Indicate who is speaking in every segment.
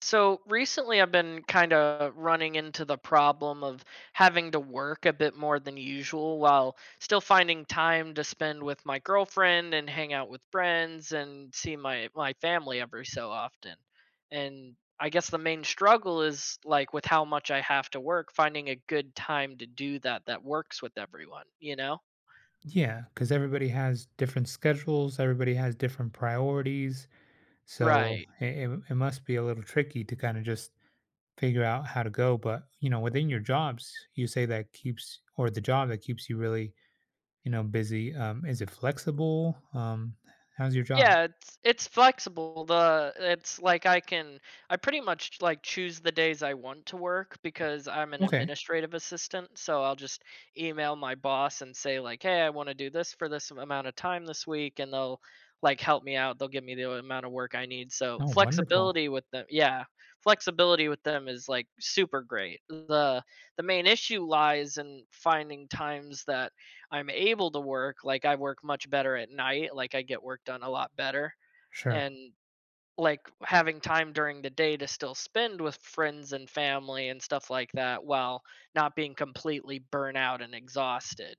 Speaker 1: So recently, I've been kind of running into the problem of having to work a bit more than usual while still finding time to spend with my girlfriend and hang out with friends and see my family every so often. And I guess the main struggle is like with how much I have to work, finding a good time to do that that works with everyone, you know?
Speaker 2: Yeah, because everybody has different schedules, everybody has different priorities. So
Speaker 1: Right.
Speaker 2: it must be a little tricky to kind of just figure out how to go. But, you know, within your jobs, you say that keeps, or the job that keeps you really, you know, busy. Is it flexible? How's your job?
Speaker 1: Yeah, it's flexible. The it's like I can I pretty much like choose the days I want to work because I'm an
Speaker 2: Okay.
Speaker 1: administrative assistant, so I'll just email my boss and say like, "Hey, I want to do this for this amount of time this week," and they'll like help me out. They'll give me the amount of work I need. So
Speaker 2: Oh, wonderful.
Speaker 1: flexibility with them, yeah, flexibility with them is like super great. The main issue lies in finding times that I'm able to work, like, I work much better at night, like, I get work done a lot better,
Speaker 2: Sure.
Speaker 1: and, like, having time during the day to still spend with friends and family and stuff like that while not being completely burnt out and exhausted.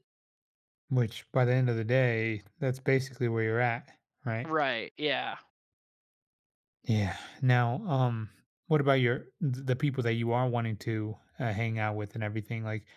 Speaker 2: Which by the end of the day, that's basically where you're at, right?
Speaker 1: Right, yeah.
Speaker 2: Yeah. Now, what about your the people that you are wanting to hang out with and everything? Like,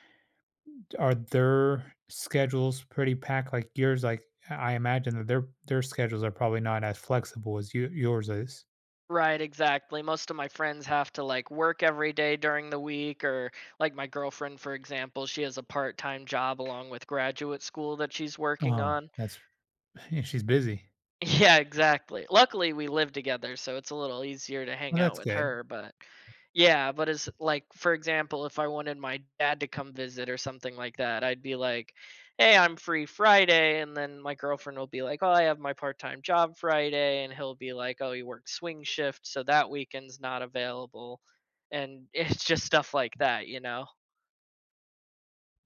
Speaker 2: are their schedules pretty packed like yours? Like, I imagine that their schedules are probably not as flexible as you, yours is.
Speaker 1: Right, exactly, most of my friends have to, like, work every day during the week or, like, my girlfriend, for example, she has a part-time job along with graduate school that she's working
Speaker 2: Oh,
Speaker 1: on.
Speaker 2: that's yeah, she's busy.
Speaker 1: Yeah, exactly. Luckily, we live together, so it's a little easier to
Speaker 2: Well,
Speaker 1: hang out
Speaker 2: that's
Speaker 1: with
Speaker 2: good.
Speaker 1: her. But yeah, but it's like, for example, if I wanted my dad to come visit or something like that, I'd be like, hey, I'm free Friday. And then my girlfriend will be like, oh, I have my part time job Friday. And he'll be like, oh, he works swing shift, so that weekend's not available. And it's just stuff like that, you know?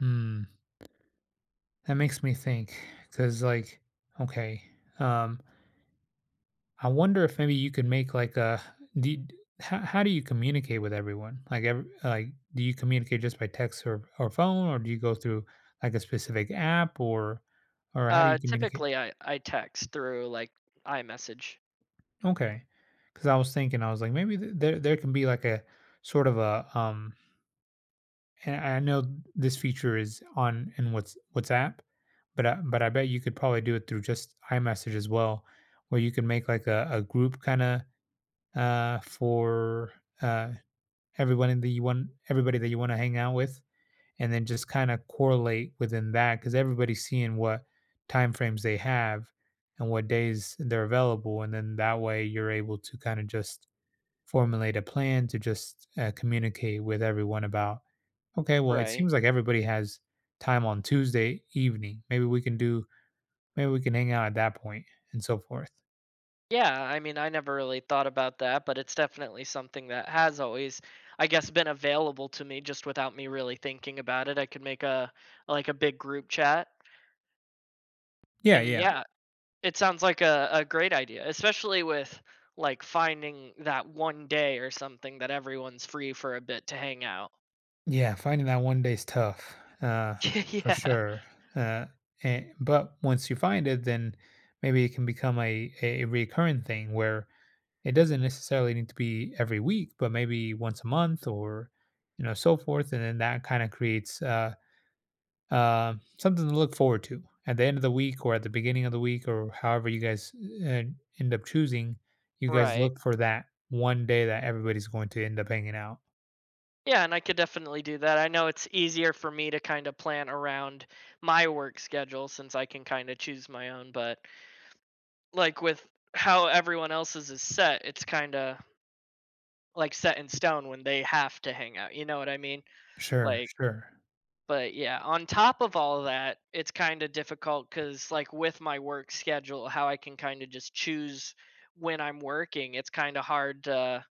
Speaker 2: Hmm. That makes me think because, like, okay, um, I wonder if maybe you could make like a do you- how do you communicate with everyone? Like every, like do you communicate just by text or phone or do you go through like a specific app or how do you communicate?
Speaker 1: Typically, I text through like iMessage.
Speaker 2: Okay. Cuz I was thinking I was like maybe there can be like a sort of a and I know this feature is on in what's WhatsApp, but but I bet you could probably do it through just iMessage as well, where you can make like a group kind of for uh everyone in the you want, everybody that you want to hang out with, and then just kind of correlate within that because everybody's seeing what time frames they have and what days they're available, and then that way you're able to kind of just formulate a plan to just communicate with everyone about, okay, well, it
Speaker 1: Right.
Speaker 2: seems like everybody has time on Tuesday evening, maybe we can hang out at that point, and so forth.
Speaker 1: Yeah, I mean, I never really thought about that, but it's definitely something that has always, I guess, been available to me just without me really thinking about it. I could make a like a big group chat.
Speaker 2: Yeah,
Speaker 1: And
Speaker 2: yeah.
Speaker 1: yeah, it sounds like a great idea, especially with like finding that one day or something that everyone's free for a bit to hang out.
Speaker 2: Yeah, finding that one day's tough, uh, for
Speaker 1: Yeah.
Speaker 2: sure. Uh, but once you find it, then maybe it can become a recurring thing where it doesn't necessarily need to be every week, but maybe once a month or, you know, so forth. And then that kind of creates something to look forward to at the end of the week or at the beginning of the week, or however you guys uh, end up choosing. You guys
Speaker 1: Right.
Speaker 2: look for that one day that everybody's going to end up hanging out.
Speaker 1: Yeah, and I could definitely do that. I know it's easier for me to kind of plan around my work schedule since I can kind of choose my own, but like with how everyone else's is set, it's kind of like set in stone when they have to hang out. You know what I mean?
Speaker 2: Sure,
Speaker 1: Like,
Speaker 2: sure.
Speaker 1: but yeah, on top of all that, it's kind of difficult because, like, with my work schedule, how I can kind of just choose when I'm working, it's kind of hard to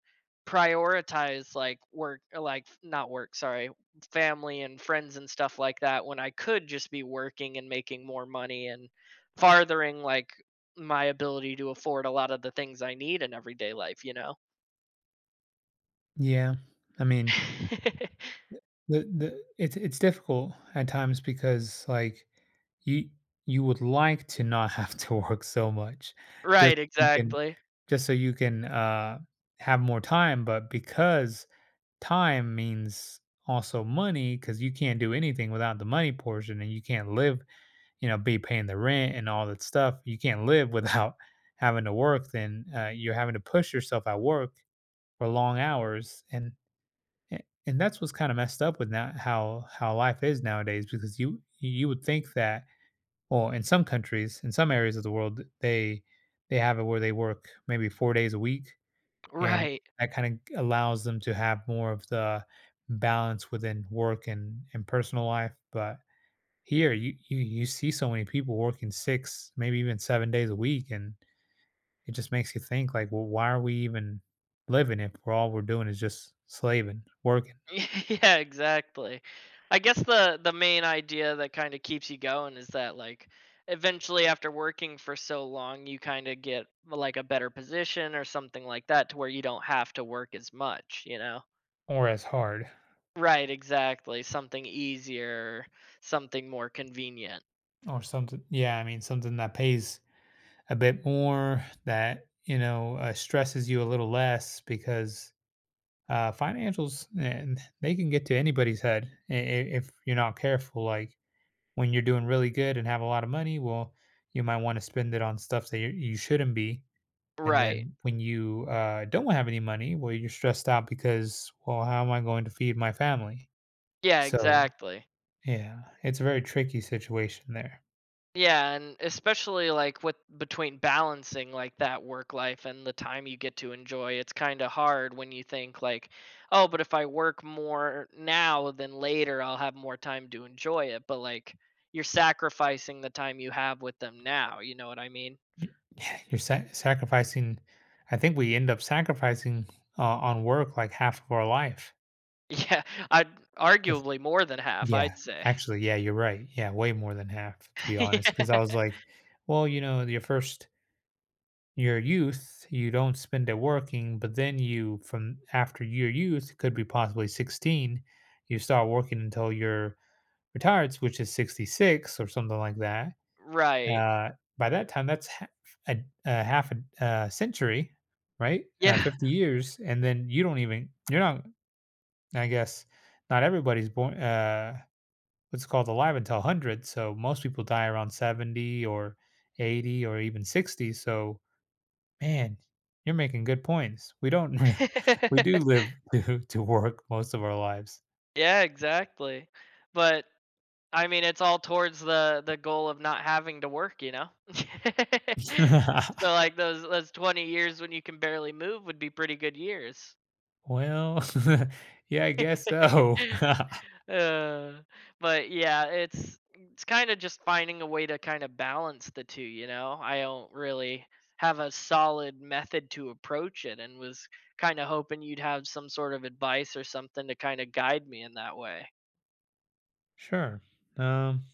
Speaker 1: prioritize like work like not work sorry family and friends and stuff like that when I could just be working and making more money and farthering like my ability to afford a lot of the things I need in everyday life you know.
Speaker 2: Yeah. I mean, the it's difficult at times because, like, you you would like to not have to work so much, just
Speaker 1: Right,
Speaker 2: so you can
Speaker 1: exactly.
Speaker 2: just so you can, uh, have more time, but because time means also money, because you can't do anything without the money portion, and you can't live, you know, be paying the rent and all that stuff. You can't live without having to work, then, you're having to push yourself at work for long hours, and and that's what's kind of messed up with now how life is nowadays, because you would think that, well, in some countries, in some areas of the world, they have it where they work maybe 4 days a week, and
Speaker 1: Right.
Speaker 2: that kind of allows them to have more of the balance within work and personal life. But here you see so many people working six, maybe even 7 days a week, and it just makes you think like, well, why are we even living if we're doing is just slaving, working,
Speaker 1: Yeah, exactly. I guess the main idea that kind of keeps you going is that like eventually after working for so long you kind of get like a better position or something like that to where you don't have to work as much, you know.
Speaker 2: or as hard.
Speaker 1: Right, exactly. Something easier, something more convenient.
Speaker 2: Or something. Yeah, I mean, something that pays a bit more, that, you know, stresses you a little less, because financials, and they can get to anybody's head if you're not careful. Like, when you're doing really good and have a lot of money, well, you might want to spend it on stuff that you shouldn't be. And
Speaker 1: Right.
Speaker 2: then when you don't have any money, well, you're stressed out because, well, how am I going to feed my family?
Speaker 1: Yeah,
Speaker 2: So,
Speaker 1: exactly.
Speaker 2: yeah, it's a very tricky situation there.
Speaker 1: Yeah, and especially like with between balancing like that work life and the time you get to enjoy, it's kind of hard when you think like, oh, but if I work more now than later, I'll have more time to enjoy it. But like you're sacrificing the time you have with them now, you know what I mean?
Speaker 2: Y Yeah, you're sa sacrificing I think we end up sacrificing, uh, on work, like, half of our life.
Speaker 1: Yeah, I'd
Speaker 2: If
Speaker 1: arguably more than half,
Speaker 2: Yeah,
Speaker 1: I'd say.
Speaker 2: actually, yeah, you're right. Yeah, way more than half, to be honest. Because I was
Speaker 1: Yeah.
Speaker 2: like, well, you know, your youth, you don't spend it working, but then you from after your youth, could be possibly 16, you start working until you're retired, which is 66 or something like that.
Speaker 1: Right.
Speaker 2: Uh, by that time, that's ha a a half a century, right?
Speaker 1: Yeah.
Speaker 2: 50 years, and then you don't even you're not I guess not everybody's born, what's it called, alive until 100, so most people die around 70 or 80 or even 60. So, man, you're making good points. We don't, we do live to work most of our lives.
Speaker 1: Yeah, exactly. But I mean, it's all towards the goal of not having to work, you know? So, like, those 20 years when you can barely move would be pretty good years.
Speaker 2: Well, yeah, I guess so.
Speaker 1: Uh, but yeah, it's kinda just finding a way to kinda balance the two, you know? I don't really have a solid method to approach it and was kinda hoping you'd have some sort of advice or something to kinda guide me in that way.
Speaker 2: Sure, um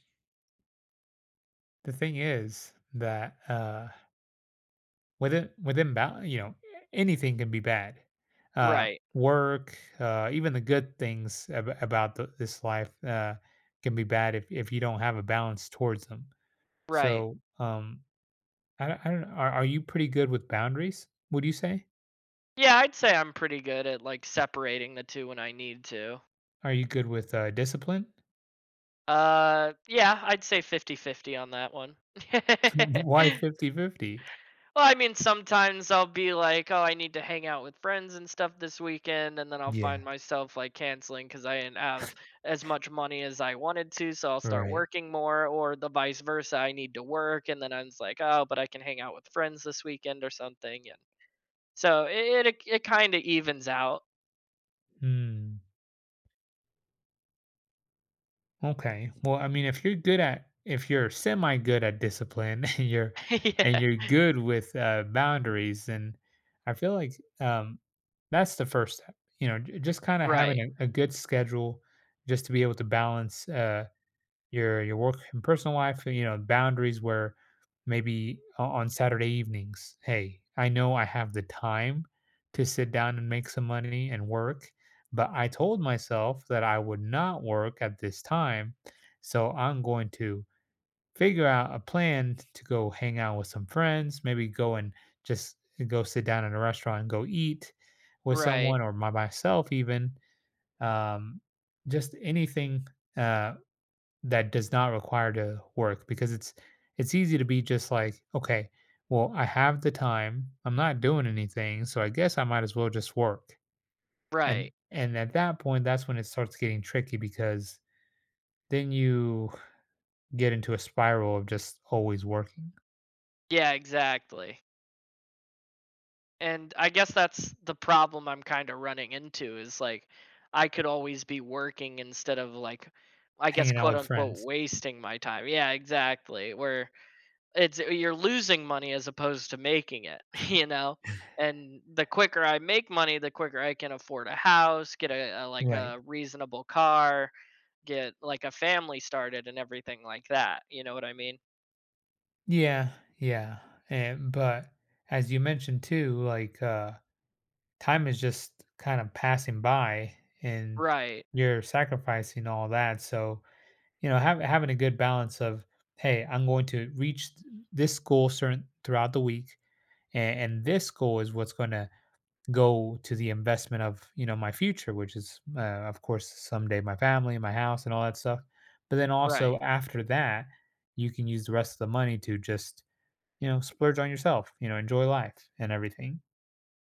Speaker 2: the thing is that, within within bou you know, anything can be bad. Uh,
Speaker 1: Right,
Speaker 2: Work, even the good things ab about the this life, can be bad if you don't have a balance towards them.
Speaker 1: right.
Speaker 2: So, I don't know. Are you pretty good with boundaries, would you say?
Speaker 1: Yeah, I'd say I'm pretty good at like separating the two when I need to.
Speaker 2: Are you good with, discipline?
Speaker 1: Yeah, I'd say 50-50 on that one.
Speaker 2: Why 50/50?
Speaker 1: Well, I mean, sometimes I'll be like, "Oh, I need to hang out with friends and stuff this weekend," and then I'll find
Speaker 2: Yeah,
Speaker 1: myself like canceling because I didn't have as much money as I wanted to, so I'll start
Speaker 2: right.
Speaker 1: working more, or the vice versa, I need to work, and then I'm just like, "Oh, but I can hang out with friends this weekend or something," and so it kinda evens out.
Speaker 2: Hmm. Okay. Well, I mean, if you're semi good at discipline, and you're and
Speaker 1: Yeah.
Speaker 2: you're good with boundaries, then I feel like um, that's the first step. You know, just kind of having
Speaker 1: Right.
Speaker 2: a good schedule, just to be able to balance. Your work and personal life, you know, boundaries, where maybe on Saturday evenings, hey, I know I have the time to sit down and make some money and work, but I told myself that I would not work at this time. So I'm going to figure out a plan to go hang out with some friends, maybe go and just go sit down in a restaurant and go eat with
Speaker 1: Right.
Speaker 2: someone or by myself even, um just anything, uh that does not require to work, because it's easy to be just like, okay, well, I have the time, I'm not doing anything, so I guess I might as well just work. And
Speaker 1: Right.
Speaker 2: and at that point, that's when it starts getting tricky, because then you get into a spiral of just always working,
Speaker 1: Yeah, exactly. And I guess that's the problem I'm kind of running into is like I could always be working instead of like I guess
Speaker 2: hanging out
Speaker 1: quote
Speaker 2: with
Speaker 1: unquote
Speaker 2: friends.
Speaker 1: wasting my time. Yeah, exactly. Where it's you're losing money as opposed to making it, you know? And the quicker I make money, the quicker I can afford a house, get a like
Speaker 2: Right.
Speaker 1: a reasonable car, get like a family started and everything like that. You know what I mean?
Speaker 2: Yeah, yeah. And but as you mentioned too, like, time is just kind of passing by, and
Speaker 1: Right.
Speaker 2: you're sacrificing all that. So, you know, having a good balance of, "Hey, I'm going to reach th this goal certain throughout the week, and this goal is what's gonna go to the investment of, you know, my future," which is, of course, someday my family, my house, and all that stuff. But then
Speaker 1: Right.
Speaker 2: also after that, you can use the rest of the money to just, you know, splurge on yourself, you know, enjoy life and everything.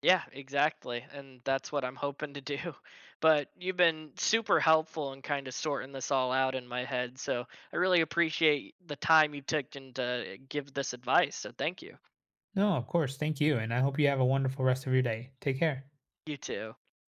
Speaker 1: Yeah, exactly. And that's what I'm hoping to do. But you've been super helpful in kind of sorting this all out in my head. So I really appreciate the time you took and to give this advice. So thank you.
Speaker 2: No, of course, thank you, and I hope you have a wonderful rest of your day. Take care.
Speaker 1: You too.